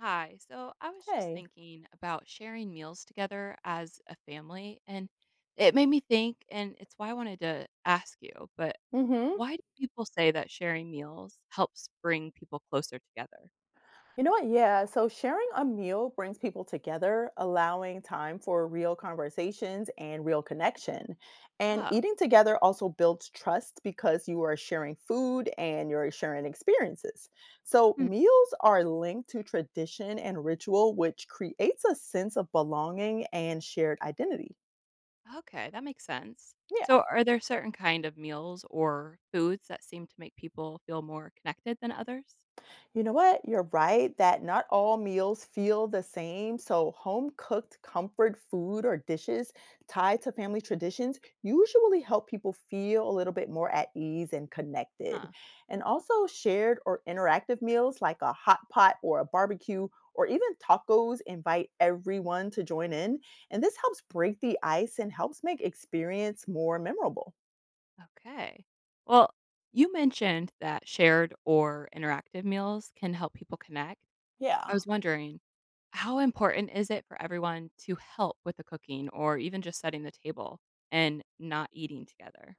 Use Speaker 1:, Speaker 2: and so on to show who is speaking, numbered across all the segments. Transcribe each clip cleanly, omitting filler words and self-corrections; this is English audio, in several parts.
Speaker 1: Hi. So I was just
Speaker 2: Hey.
Speaker 1: thinking about sharing meals together as a family, and it made me think, and it's why I wanted to ask you, but
Speaker 2: Mm-hmm.
Speaker 1: why do people say that sharing meals helps bring people closer together?
Speaker 2: You know what? Yeah. So sharing a meal brings people together, allowing time for real conversations and real connection. And
Speaker 1: Oh.
Speaker 2: eating together also builds trust because you are sharing food and you're sharing experiences. So
Speaker 1: Hmm.
Speaker 2: meals are linked to tradition and ritual, which creates a sense of belonging and shared identity.
Speaker 1: Okay, that makes sense.
Speaker 2: Yeah.
Speaker 1: So are there certain kind of meals or foods that seem to make people feel more connected than others?
Speaker 2: You know what? You're right that not all meals feel the same. So, home cooked comfort food or dishes tied to family traditions usually help people feel a little bit more at ease and connected.
Speaker 1: Huh.
Speaker 2: And also, shared or interactive meals like a hot pot or a barbecue or even tacos invite everyone to join in. And this helps break the ice and helps make experience more memorable.
Speaker 1: Okay. Well, you mentioned that shared or interactive meals can help people connect. I
Speaker 2: Yeah.
Speaker 1: was wondering, how important is it for everyone to help with the cooking or even just setting the table and not eating together?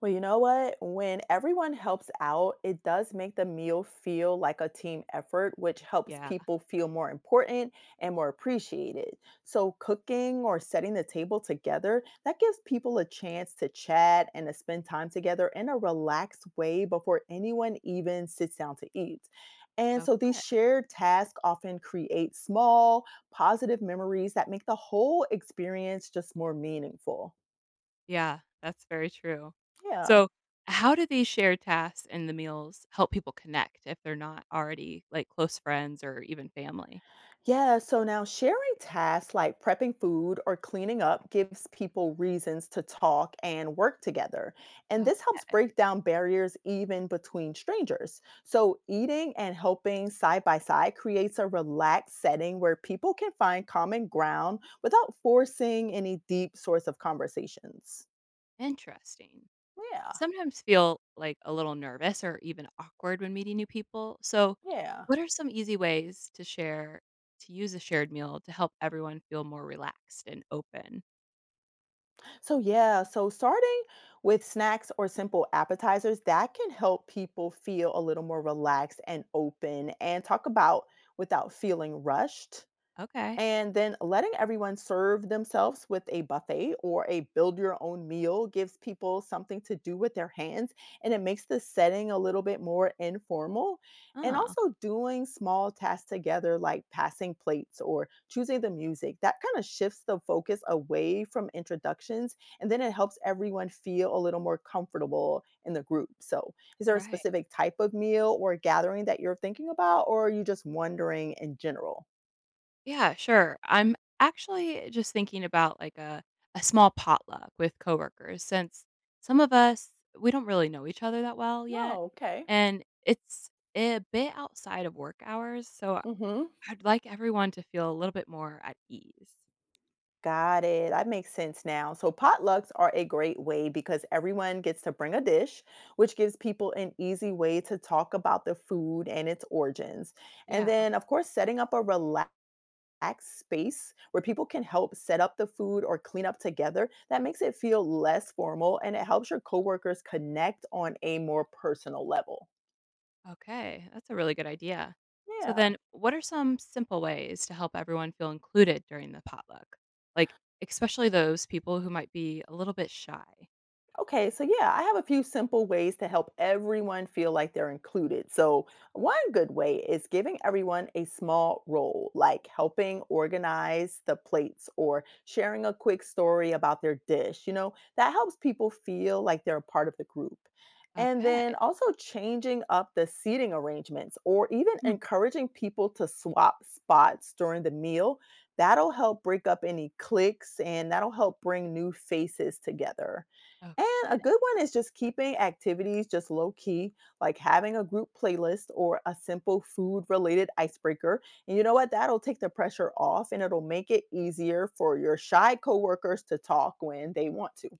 Speaker 2: Well, you know what? When everyone helps out, it does make the meal feel like a team effort, which helps
Speaker 1: Yeah.
Speaker 2: people feel more important and more appreciated. So, cooking or setting the table together, that gives people a chance to chat and to spend time together in a relaxed way before anyone even sits down to eat. And so, these
Speaker 1: Okay.
Speaker 2: shared tasks often create small, positive memories that make the whole experience just more meaningful.
Speaker 1: Yeah, that's very true.
Speaker 2: Yeah.
Speaker 1: So, how do these shared tasks and the meals help people connect if they're not already like close friends or even family?
Speaker 2: Yeah, so now sharing tasks like prepping food or cleaning up gives people reasons to talk and work together. And this
Speaker 1: Okay.
Speaker 2: helps break down barriers even between strangers. So, eating and helping side by side creates a relaxed setting where people can find common ground without forcing any deep sorts of conversations.
Speaker 1: Interesting.
Speaker 2: Yeah,
Speaker 1: Sometimes feel like a little nervous or even awkward when meeting new people. So,
Speaker 2: yeah.
Speaker 1: what are some easy ways to share, to use a shared meal to help everyone feel more relaxed and open?
Speaker 2: So, yeah, so starting with snacks or simple appetizers, that can help people feel a little more relaxed and open and talk about without feeling rushed.
Speaker 1: Okay.
Speaker 2: And then letting everyone serve themselves with a buffet or a build your own meal gives people something to do with their hands and it makes the setting a little bit more informal. And
Speaker 1: Oh,
Speaker 2: also doing small tasks together, like passing plates or choosing the music, that kind of shifts the focus away from introductions. And then it helps everyone feel a little more comfortable in the group. So, is there a
Speaker 1: right.
Speaker 2: specific type of meal or gathering that you're thinking about, or are you just wondering in general?
Speaker 1: Yeah, sure. I'm actually just thinking about like a small potluck with coworkers since some of us, we don't really know each other that well yet.
Speaker 2: Oh, okay.
Speaker 1: And it's a bit outside of work hours. So
Speaker 2: hmm
Speaker 1: I'd like everyone to feel a little bit more at ease.
Speaker 2: Got it. That makes sense now. So, potlucks are a great way because everyone gets to bring a dish, which gives people an easy way to talk about the food and its origins. And
Speaker 1: Yeah.
Speaker 2: then, of course, setting up a relaxed space where people can help set up the food or clean up together, that makes it feel less formal and it helps your coworkers connect on a more personal level.
Speaker 1: Okay. That's a really good idea. So
Speaker 2: Yeah.
Speaker 1: then, what are some simple ways to help everyone feel included during the potluck? Like, especially those people who might be a little bit shy.
Speaker 2: Okay, so yeah, I have a few simple ways to help everyone feel like they're included. So, one good way is giving everyone a small role, like helping organize the plates or sharing a quick story about their dish. That helps people feel like they're a part of the group. And
Speaker 1: Okay.
Speaker 2: then also changing up the seating arrangements or even
Speaker 1: Hmm.
Speaker 2: encouraging people to swap spots during the meal. That'll help break up any cliques and that'll help bring new faces together. And a
Speaker 1: Okay.
Speaker 2: good one is just keeping activities just low key, like having a group playlist or a simple food related icebreaker. And you know what? That'll take the pressure off and it'll make it easier for your shy coworkers to talk when they want to.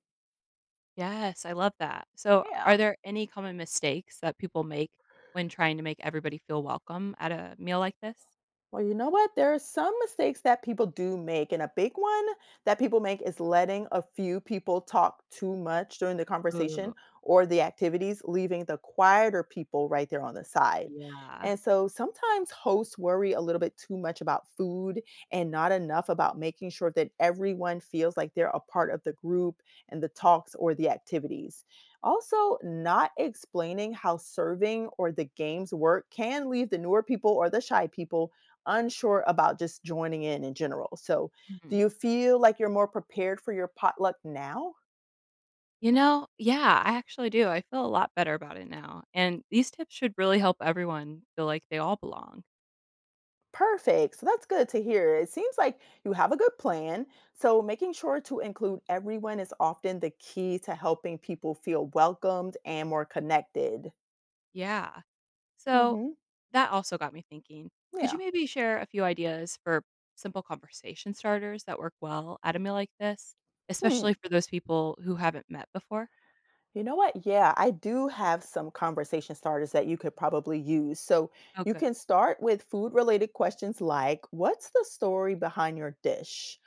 Speaker 1: Yes, I love that. So, are
Speaker 2: Yeah.
Speaker 1: there any common mistakes that people make when trying to make everybody feel welcome at a meal like this?
Speaker 2: Well, you know what? There are some mistakes that people do make, and a big one that people make is letting a few people talk too much during the conversation
Speaker 1: Ooh,
Speaker 2: or the activities, leaving the quieter people right there on the side.
Speaker 1: yeah.
Speaker 2: And so sometimes hosts worry a little bit too much about food and not enough about making sure that everyone feels like they're a part of the group and the talks or the activities. Also, not explaining how serving or the games work can leave the newer people or the shy people unsure about just joining in general. So, do you feel like you're more prepared for your potluck now?
Speaker 1: You know, yeah, I actually do. I feel a lot better about it now, and these tips should really help everyone feel like they all belong.
Speaker 2: Perfect. So that's good to hear. It seems like you have a good plan. So, making sure to include everyone is often the key to helping people feel welcomed and more connected.
Speaker 1: Yeah. So
Speaker 2: Mhm.
Speaker 1: that also got me thinking. Could you
Speaker 2: Yeah.
Speaker 1: maybe share a few ideas for simple conversation starters that work well at a meal like this, especially
Speaker 2: Hmm.
Speaker 1: for those people who haven't met before?
Speaker 2: You know what? Yeah, I do have some conversation starters that you could probably use. So
Speaker 1: Oh,
Speaker 2: you
Speaker 1: good.
Speaker 2: can start with food related questions like, what's the story behind your dish?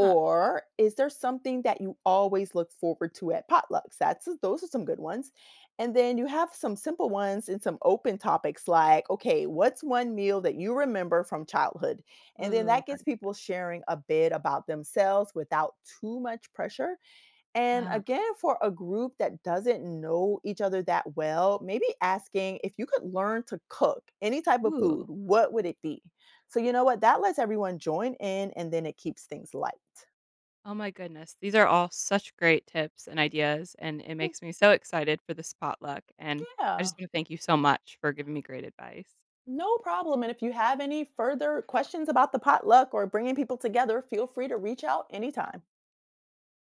Speaker 1: Huh.
Speaker 2: is there something that you always look forward to at potlucks? That's Those are some good ones. And then you have some simple ones and some open topics like, okay, what's one meal that you remember from childhood? And then
Speaker 1: Ooh.
Speaker 2: that
Speaker 1: I-
Speaker 2: gets people sharing a bit about themselves without too much pressure. And
Speaker 1: Ah.
Speaker 2: again, for a group that doesn't know each other that well, maybe asking if you could learn to cook any type of
Speaker 1: Ooh.
Speaker 2: food, what would it be? So, you know what? That lets everyone join in and then it keeps things light.
Speaker 1: Oh my goodness. These are all such great tips and ideas, and it
Speaker 2: Good.
Speaker 1: makes me so excited for this potluck. And I
Speaker 2: Yeah,
Speaker 1: just want to thank you so much for giving me great advice.
Speaker 2: no problem. And if you have any further questions about the potluck or bringing people together, feel free to reach out anytime.